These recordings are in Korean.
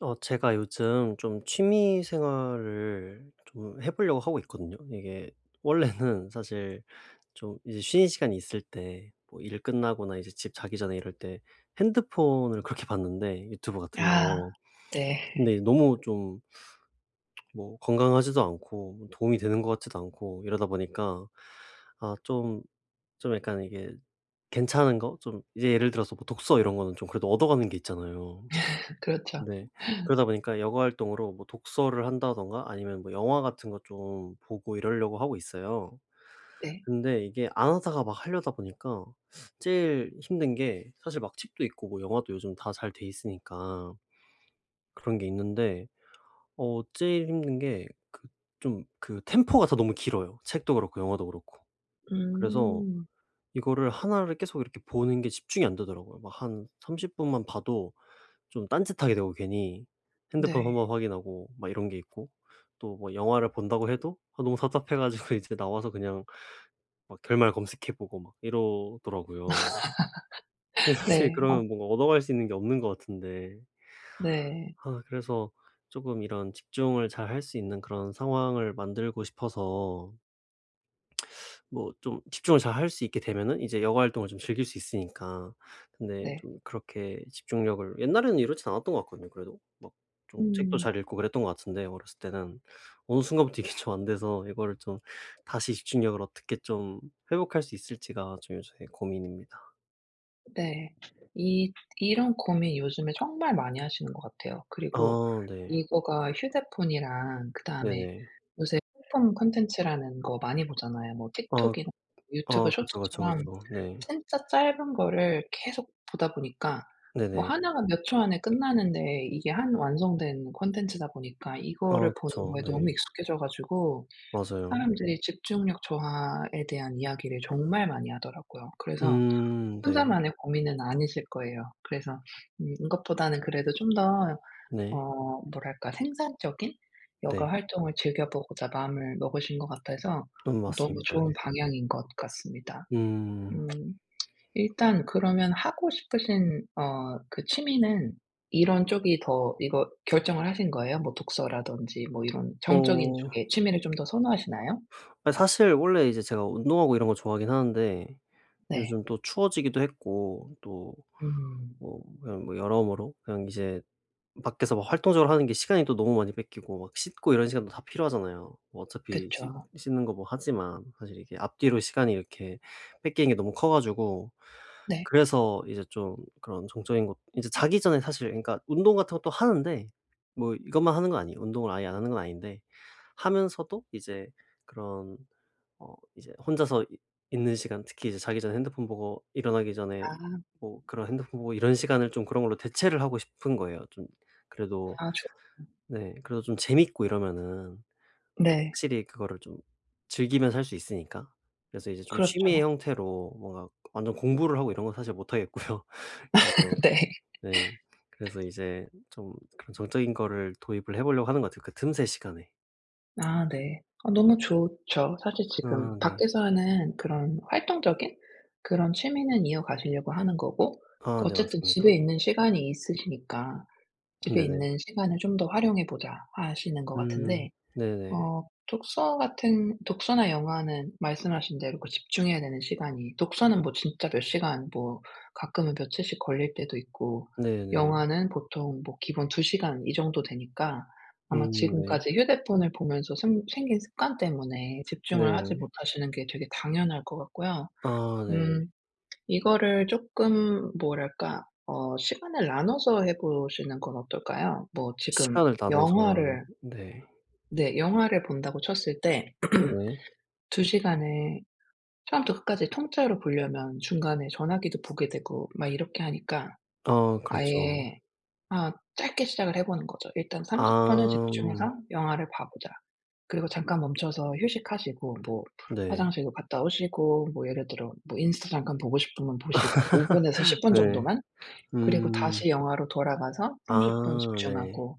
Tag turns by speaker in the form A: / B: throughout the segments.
A: 제가 요즘 좀 취미 생활을 좀 해 보려고 하고 있거든요. 이게 원래는 사실 좀 이제 쉬는 시간이 있을 때 뭐 일 끝나거나 이제 집 자기 전에 이럴 때 핸드폰을 그렇게 봤는데 유튜브 같은
B: 아
A: 거. 근데
B: 네.
A: 너무 좀 뭐 건강하지도 않고 뭐 도움이 되는 것 같지도 않고 이러다 보니까 아 좀 약간 이게 괜찮은 거 좀 이제 예를 들어서 뭐 독서 이런 거는 좀 그래도 얻어가는 게 있잖아요.
B: 그렇죠.
A: 네. 그러다 보니까 여가 활동으로 뭐 독서를 한다든가 아니면 뭐 영화 같은 거 좀 보고 이러려고 하고 있어요.
B: 네.
A: 근데 이게 안 하다가 막 하려다 보니까 제일 힘든 게 사실 막 책도 있고 뭐 영화도 요즘 다 잘 돼 있으니까 그런 게 있는데 제일 힘든 게 그 좀 그 템포가 다 너무 길어요. 책도 그렇고 영화도 그렇고. 그래서
B: 음.
A: 이거를 하나를 계속 이렇게 보는 게 집중이 안 되더라고요. 막 한 30분 분만 봐도 좀 딴짓하게 되고 괜히 핸드폰 한번
B: 네.
A: 확인하고 막 이런 게 있고 또 뭐 영화를 본다고 해도 아 너무 답답해 가지고 이제 나와서 그냥 막 결말 검색해 보고 막 이러더라고요. 근데 사실
B: 네. 아
A: 그러면 뭔가 얻어갈 수 있는 게 없는 것 같은데
B: 네.
A: 아 그래서 쪼금 이런 집중을 잘 할 수 있는 그런 상황을 만들고 싶어서 뭐 좀 집중을 잘 할 수 있게 되면은 이제 여가 활동을 좀 즐길 수 있으니까. 근데
B: 네.
A: 좀 그렇게 집중력을 옛날에는 이렇진 않았던 것 같거든요 그래도. 막 좀 책도
B: 음
A: 잘 읽고 그랬던 것 같은데 어렸을 때는. 어느 순간부터 이게 좀 안 돼서 이거를 좀 다시 집중력을 어떻게 좀 회복할 수 있을지가 좀 요새 고민입니다.
B: 네. 이 이런 고민 요즘에 정말 많이 하시는 것 같아요. 그리고
A: 아 네.
B: 이거가 휴대폰이랑 그다음에
A: 네네.
B: 요새 플랫폼 콘텐츠라는 거 많이 보잖아요. 뭐
A: 아
B: 틱톡이나
A: 아
B: 유튜브
A: 그쵸, 그쵸,
B: 쇼츠처럼
A: 그쵸. 네.
B: 진짜 짧은 거를 계속 보다 보니까 뭐
A: 네네.
B: 하나가 몇 초 안에 끝나는데 이게 한 완성된 콘텐츠다 보니까
A: 아
B: 이거를 보는
A: 그쵸.
B: 거에
A: 네.
B: 너무 익숙해져 가지고
A: 맞아요.
B: 사람들이 집중력 저하에 대한 이야기를 정말 많이 하더라고요. 그래서
A: 네.
B: 혼자만의 고민은 아니실 거예요. 그래서 이것보다는 그래도 좀 더
A: 네.
B: 뭐랄까 생산적인 여가
A: 네.
B: 활동을 즐겨보고자 마음을 먹으신 것 같아서 너무
A: 맞습니다. 네.
B: 좋은 방향인 것 같습니다.
A: 음.
B: 음. 일단 그러면 하고 싶으신 그 취미는 이런 쪽이 더 이거 결정을 하신 거예요? 뭐 독서라든지 뭐 이런 정적인
A: 어
B: 쪽의 취미를 좀 더 선호하시나요?
A: 아 사실 원래 이제 제가 운동하고 이런 거 좋아하긴 하는데
B: 네.
A: 요즘 또 추워지기도 했고 또
B: 음.
A: 뭐 그냥 뭐 여러모로 그냥 이제 밖에서 막 활동적으로 하는 게 시간이 또 너무 많이 뺏기고 막 씻고 이런 시간도 다 필요하잖아요. 뭐 어차피 씻
B: 그쵸.
A: 씻는 거 뭐 하지만 사실 이게 앞뒤로 시간이 이렇게 뺏기는 게 너무 커 가지고
B: 네.
A: 그래서 이제 좀 그런 정적인 것 이제 자기 전에 사실 그러니까 운동 같은 것도 하는데 뭐 이것만 하는 건 아니에요. 운동을 아예 안 하는 건 아닌데 하면서도 이제 그런 어 이제 혼자서 이 있는 시간 특히 이제 자기 전에 핸드폰 보고 일어나기 전에
B: 아
A: 뭐 그런 핸드폰 보고 이런 시간을 좀 그런 걸로 대체를 하고 싶은 거예요. 좀 그래도
B: 아 좋
A: 네 그래도 좀 재밌고 이러면은
B: 네.
A: 확실히 그거를 좀 즐기면서 할 수 있으니까. 그래서 이제 좀 취미의
B: 그렇죠.
A: 형태로 뭔가 완전 공부를 하고 이런 건 사실 못 하겠고요. 그래서
B: 네.
A: 네. 그래서 이제 좀 그런 정적인 거를 도입을 해 보려고 하는 것 같아요, 그 틈새 시간에.
B: 아 네. 아 너무 좋죠. 사실
A: 아
B: 지금
A: 네.
B: 밖에서 하는 그런 활동적인 그런 취미는 이어가시려고 하는 거고
A: 아 네
B: 어쨌든
A: 맞습니다.
B: 집에 있는 시간이 있으시니까 집에
A: 네네.
B: 있는 시간을 좀 더 활용해 보자 하시는 것
A: 음
B: 같은데
A: 네네.
B: 독서나 영화는 말씀하신 대로 그 집중해야 되는 시간이 독서는 뭐 진짜 몇 시간 뭐 가끔은 며칠씩 걸릴 때도 있고
A: 네네.
B: 영화는 보통 뭐 기본 2 시간 이 정도 되니까 아마
A: 네.
B: 지금까지 휴대폰을 보면서 생 생긴 습관 때문에 집중을 하지
A: 네.
B: 못하시는 게 되게 당연할 것 같고요.
A: 아 네.
B: 음 이거를 조금 뭐랄까 시간을 나눠서 해 보시는 건 어떨까요? 뭐 지금
A: 시간을 나눠서
B: 영화를
A: 네.
B: 네. 영화를 본다고 쳤을 때
A: 네.
B: 2시간에 처음부터 끝까지 통째로 보려면 중간에 전화기도 보게 되고 막 이렇게 하니까
A: 아 그렇죠.
B: 아예 짧게 시작을 해 보는 거죠. '일단 30 분을
A: 아
B: 집중해서 영화를 봐 보자.' 그리고 잠깐 멈춰서 휴식하시고 뭐
A: 네.
B: 화장실도 갔다 오시고 뭐 예를 들어 뭐 인스타 잠깐 보고 싶으면 보시고 5 분에서 10 분
A: 네.
B: 정도만 그리고
A: 음.
B: 다시 영화로 돌아가서 30분
A: 아 네.
B: 집중하고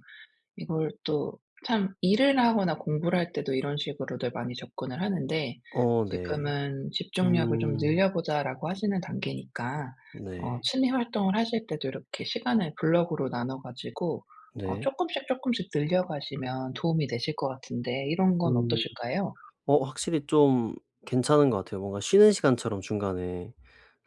B: 이걸 또 참 일을 하거나 공부를 할 때도 이런 식으로들 많이 접근을 하는데
A: 어 네.
B: 지금은 '집중력을 좀
A: 음.
B: 늘려보자.'라고 하시는 단계니까
A: 네.
B: 취미 활동을 하실 때도 이렇게 시간을 블럭으로 나눠 가지고
A: 네.
B: 쪼끔씩 쪼끔씩 늘려가시면 도움이 되실 것 같은데 이런 건
A: 음.
B: 어떠실까요?
A: 어 확실히 좀 괜찮은 것 같아요. 뭔가 쉬는 시간처럼 중간에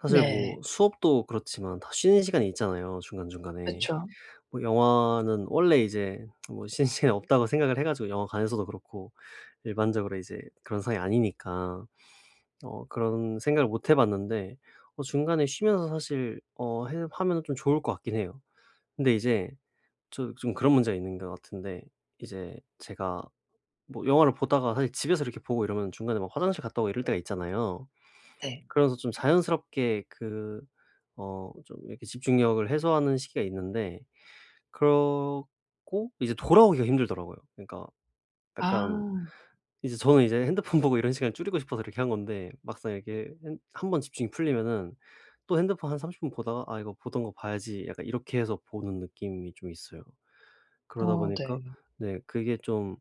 A: 사실
B: 네.
A: 뭐 수업도 그렇지만 다 쉬는 시간이 있잖아요 중간중간에.
B: 그쵸.
A: 뭐 영화는 원래 이제 뭐신는 시간이 없다고 생각을 해 가지고 영화관에서도 그렇고 일반적으로 이제 그런 상황이 아니니까 그런 생각을 못 해 봤는데 어 중간에 쉬면서 사실 어 해 하면은 좀 좋을 것 같긴 해요. 근데 이제 저 좀 그런 문제가 있는 것 같은데 이제 제가 뭐 영화를 보다가 사실 집에서 이렇게 보고 이러면 중간에 막 화장실 갔다 오고 이럴 때가 있잖아요.
B: 네.
A: 그러면서 좀 자연스럽게 그 좀 이렇게 집중력을 해소하는 시기가 있는데 그렇고 이제 돌아오기가 힘들더라고요. 그러니까 약간
B: 아.
A: 이제 저는 이제 핸드폰 보고 이런 시간을 줄이고 싶어서 이렇게 한 건데 막상 이렇게 핸번 집중이 풀리면은 또 핸드폰 한 30분 보다가 '아 이거 보던 거 봐야지.' 약간 이렇게 해서 보는 느낌이 좀 있어요. 그러다
B: 어
A: 보니까
B: 네.
A: 네 그게 좀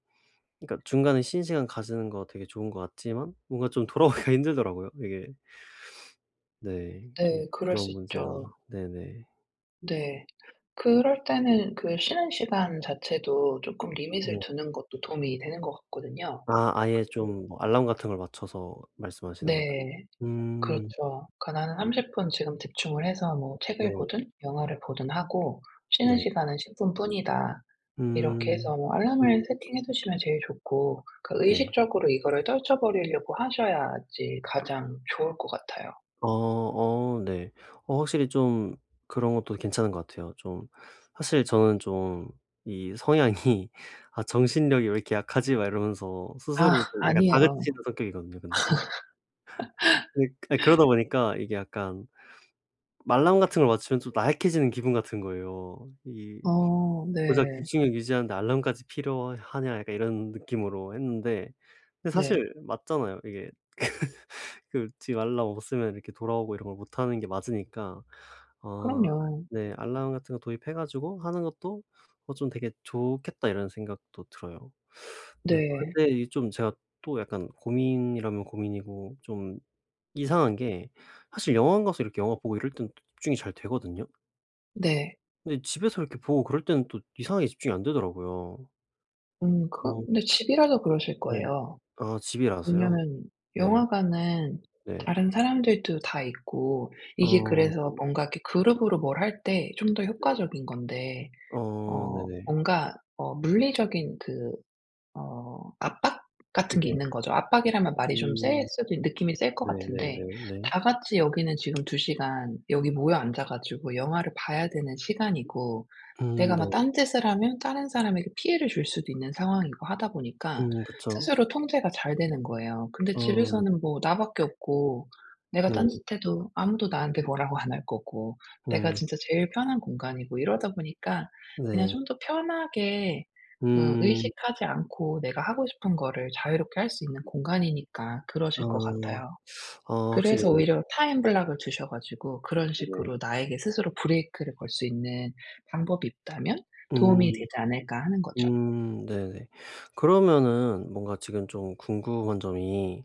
A: 그러니까 중간에 쉬는 시간 가지는 거 되게 좋은 것 같지만 뭔가 좀 돌아오기가 힘들더라고요 이게. 네. 좀
B: 네. 그럴
A: 그런
B: 수
A: 문제가
B: 있죠.
A: 네네.
B: 네. 그럴 때는 그 쉬는 시간 자체도 쪼끔 리밋을
A: 네.
B: 두는 것도 도움이 되는 것 같거든요.
A: 아 아예
B: 그리고
A: 좀뭐 알람 같은 걸 맞춰서 말씀하시는 걸까요?
B: 네.
A: 음.
B: 그렇죠. 그러니까 나는 30분 지금 집중을 해서 뭐 책을
A: 네.
B: 보든 영화를 보든 하고 쉬는
A: 네.
B: 시간은 10 분뿐이다. 이렇게
A: 음.
B: 해서 뭐 알람을
A: 음
B: 세팅해 두시면 제일 좋고 그러니까
A: 네.
B: 의식적으로 이거를 떨쳐버리려고 하셔야지 가장 좋을 것 같아요.
A: 어 어 네. 어 확실히 좀 그런 것도 괜찮은 것 같아요. 좀 사실 저는 좀 이 성향이 '아 정신력이 왜 이렇게 약하지?' 막 이러면서
B: 아
A: 스스로를 좀 약간
B: 아니에요.
A: 다그치는 성격이거든요. 근데 좀 네 아 그러다 보니까 이게 약간 알람 같은 걸 맞추면 좀 나약해지는 기분 같은 거예요. 이
B: 어
A: 고작
B: 네.
A: 집중력 유지하는데 '알람까지 필요하냐?' 약간 이런 느낌으로 했는데 근데
B: 네.
A: 사실 맞잖아요. 이게 그 지 알람 없으면 이렇게 돌아오고 이런 걸 못하는 게 맞으니까 어
B: 그럼요.
A: 네 알람 같은 거 도입해 가지고 하는 것도 '좀 되게 좋겠다.' 이런 생각도 들어요. 네
B: 네.
A: 근데 이 좀 제가 또 약간 고민이라면 고민이고 좀 이상한 게 사실 영화관 가서 이렇게 영화 보고 이럴 땐 또 집중이 잘 되거든요.
B: 네.
A: 근데 집에서 이렇게 보고 그럴 때는 또 이상하게 집중이 안 되더라고요.
B: 그
A: 어
B: 근데 집이라서 그러실
A: 네.
B: 거예요.
A: 아 집이라서요?
B: 왜냐면
A: 네.
B: 영화관은
A: 네.
B: 다른 사람들도 다 있고 이게
A: 어
B: 그래서
A: 네.
B: 뭔가 이렇게 그룹으로 뭘 할 때 좀 더
A: 네.
B: 효과적인 건데
A: 어 네네.
B: 뭔가 물리적인 그 압박 같은 게
A: 네.
B: 있는 거죠. 압박이라면 말이 좀 셀
A: 음.
B: 수도 느낌이 셀 것 같은데
A: 네네네 네.
B: 다 같이 여기는 지금 2시간 여기 모여 앉아 가지고 영화를 봐야 되는 시간이고 내가
A: 네.
B: 막 딴짓을 하면 다른 사람에게 피해를 줄 수도 있는 상황이고 하다 보니까
A: 그쵸.
B: 스스로 통제가 잘 되는 거예요. 근데
A: 어 네.
B: 집에서는 뭐 나 밖에 없고 내가
A: 네.
B: 딴짓해도 아무도 나한테 뭐라고 안 할 거고 내가
A: 네.
B: 진짜 제일 편한 공간이고 이러다 보니까 그냥
A: 네.
B: 좀 더 편하게
A: 음.
B: 의식하지 않고 내가 하고 싶은 거를 자유롭게 할 수 있는 공간이니까 그러실 것
A: 아.
B: 같아요.
A: 아
B: 그래서
A: 확실히
B: 오히려 타임 블락을 두셔 가지고 그런
A: 네. 네.
B: 식으로 나에게 스스로 브레이크를 걸 수 있는 방법이 있다면 도움이
A: 음.
B: 되지 않을까 하는 거죠.
A: 네네. 그러면은 뭔가 지금 좀 궁금한 점이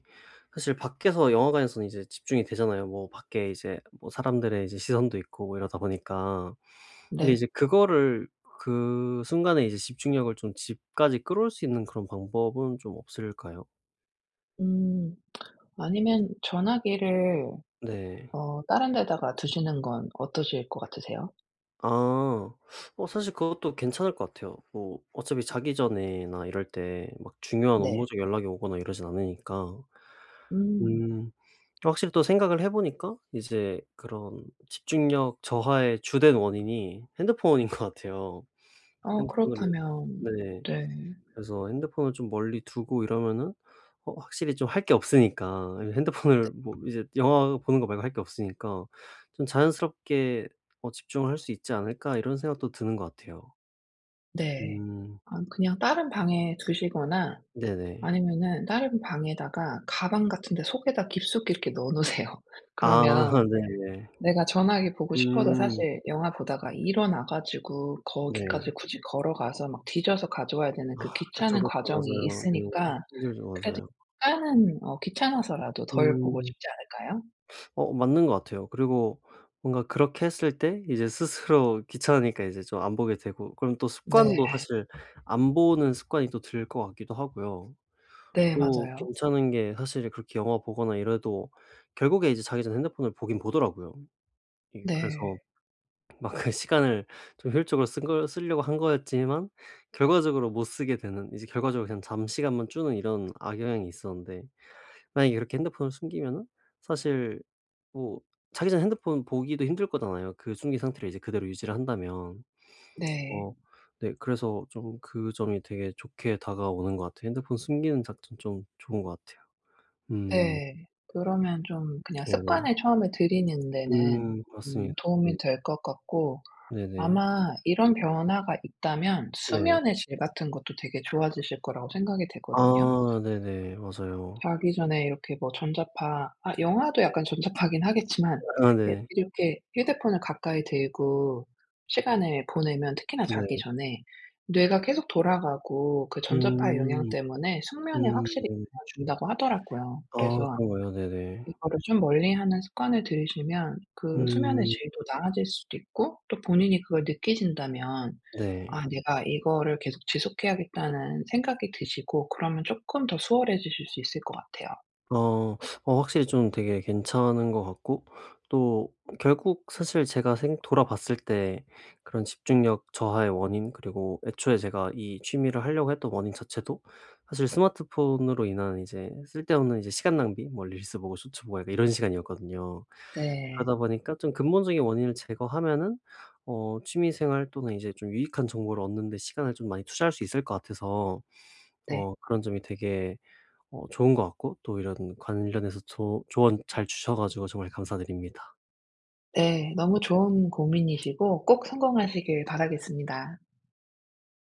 A: 사실 밖에서 영화관에서는 이제 집중이 되잖아요. 뭐 밖에 이제 뭐 사람들의 이제 시선도 있고 뭐 이러다 보니까. 근데
B: 네.
A: 이제 그거를 그 순간에 이제 집중력을 좀 집까지 끌어올 수 있는 그런 방법은 좀 없을까요?
B: 음 아니면 전화기를
A: 네.
B: 다른 데다가 두시는 건 어떠실 것 같으세요?
A: 아. 사실 그것도 괜찮을 것 같아요. 뭐 어차피 자기 전에나 이럴 때 막 중요한
B: 네.
A: 업무적 연락이 오거나 이러진 않으니까.
B: 음.
A: 음. 확실히 또 생각을 해 보니까 이제 그런 집중력 저하의 주된 원인이 핸드폰인 것 같아요. 핸드폰으로
B: 그렇다면
A: 네.
B: 네.
A: 그래서 핸드폰을 좀 멀리 두고 이러면은 어 확실히 좀 할 게 없으니까 이 핸드폰을 뭐 이제 영화 보는 거 말고 할 게 없으니까 좀 자연스럽게 '집중을 할 수 있지 않을까.' 이런 생각도 드는 것 같아요.
B: 네.
A: 음
B: 아 그냥 다른 방에 두시거나
A: 네네.
B: 아니면은 다른 방에다가 가방 같은 데 속에다 깊숙이 이렇게 넣어 놓으세요.
A: 아
B: 그러면
A: 네네.
B: 내가 전화기 보고 싶어도
A: 음
B: 사실 영화 보다가 일어나 가지고
A: 네.
B: 거기까지 굳이 걸어가서 막 뒤져서 가져와야 되는
A: 아
B: 그
A: 그쵸,
B: 귀찮은
A: 그쵸.
B: 과정이
A: 맞아요. 네.
B: 있으니까
A: 힘들죠.
B: 그래도
A: 맞아요.
B: 약간은 귀찮아서라도 덜 보고
A: 음.
B: 싶지 않을까요?
A: 어 맞는 것 같아요. 그리고 뭔가 그렇게 했을 때 이제 스스로 귀찮으니까 이제 좀 안 보게 되고 그럼 또 습관도
B: 네.
A: 사실 안 보는 습관이 또 들 것 같기도 하고요.
B: 네
A: 또
B: 맞아요.
A: 괜찮은 게 사실 그렇게 영화 보거나 이래도 결국에 이제 자기 전 핸드폰을 보긴 보더라고요. 예,
B: 네.
A: 그래서 막 그 시간을 좀 효율적으로 쓴 걸 쓰려고 한 거였지만 결과적으로 못 쓰게 되는 이제 결과적으로 그냥 잠시간만 주는 이런 악영향이 있었는데 만약에 이렇게 핸드폰을 숨기면은 사실 뭐 자기 전에 핸드폰 보기도 힘들 거잖아요, 그 숨긴 상태를 이제 그대로 유지를 한다면.
B: 네.
A: 어 네 그래서 좀 그 점이 되게 좋게 다가오는 것 같아요. 핸드폰 숨기는 작전 좀 좋은 것 같아요. 음
B: 네. 그러면 좀 그냥
A: 네네.
B: 습관을 처음에 들이는 데는
A: 맞습니다. 네.
B: 도움이 될 것 같고
A: 네네.
B: 아마 이런 변화가 있다면
A: 네.
B: 수면의 질 같은 것도 되게 좋아지실 거라고 생각이 되거든요.
A: 아 네네. 맞아요.
B: 자기 전에 이렇게 뭐 전자파 아 영화도 약간 전자파긴 하겠지만
A: 아
B: 예
A: 네.
B: 이렇게 휴대폰을 가까이 들고 시간을 보내면 특히나 자기
A: 네.
B: 전에 뇌가 계속 돌아가고 그 전자파의 영향
A: 음.
B: 때문에 숙면에 확실히
A: 네네.
B: 영향을 준다고 하더라고요.
A: 아
B: 그래서
A: 그런가요? 네네.
B: 이거를 좀 멀리하는 습관을 들이시면 그 수면의
A: 음
B: 질도 나아질 수도 있고 또 본인이 그걸 느끼신다면
A: 네.
B: '아 내가 이거를 계속 지속해야겠다.'는 생각이 드시고 그러면 쪼끔 더 수월해지실 수 있을 것 같아요.
A: 어. 어 확실히 좀 되게 괜찮은 것 같고 또 결국 사실 제가 생 돌아봤을 때 그런 집중력 저하의 원인 그리고 애초에 제가 이 취미를 하려고 했던 원인 자체도 사실 스마트폰으로 인한 이제 쓸데없는 이제 시간 낭비 뭐 릴스 보고 쇼츠 보고 약간 이런 시간이었거든요.
B: 네.
A: 그러다 보니까 좀 근본적인 원인을 제거하면은 어 취미 생활 또는 이제 좀 유익한 정보를 얻는 데 시간을 좀 많이 투자할 수 있을 것 같아서
B: 네.
A: 어 그런 점이 되게 어 좋은 것 같고 또 이런 관련해서 조 조언 잘 주셔 가지고 정말 감사드립니다.
B: 네. 너무 좋은 고민이시고 꼭 성공하시길 바라겠습니다.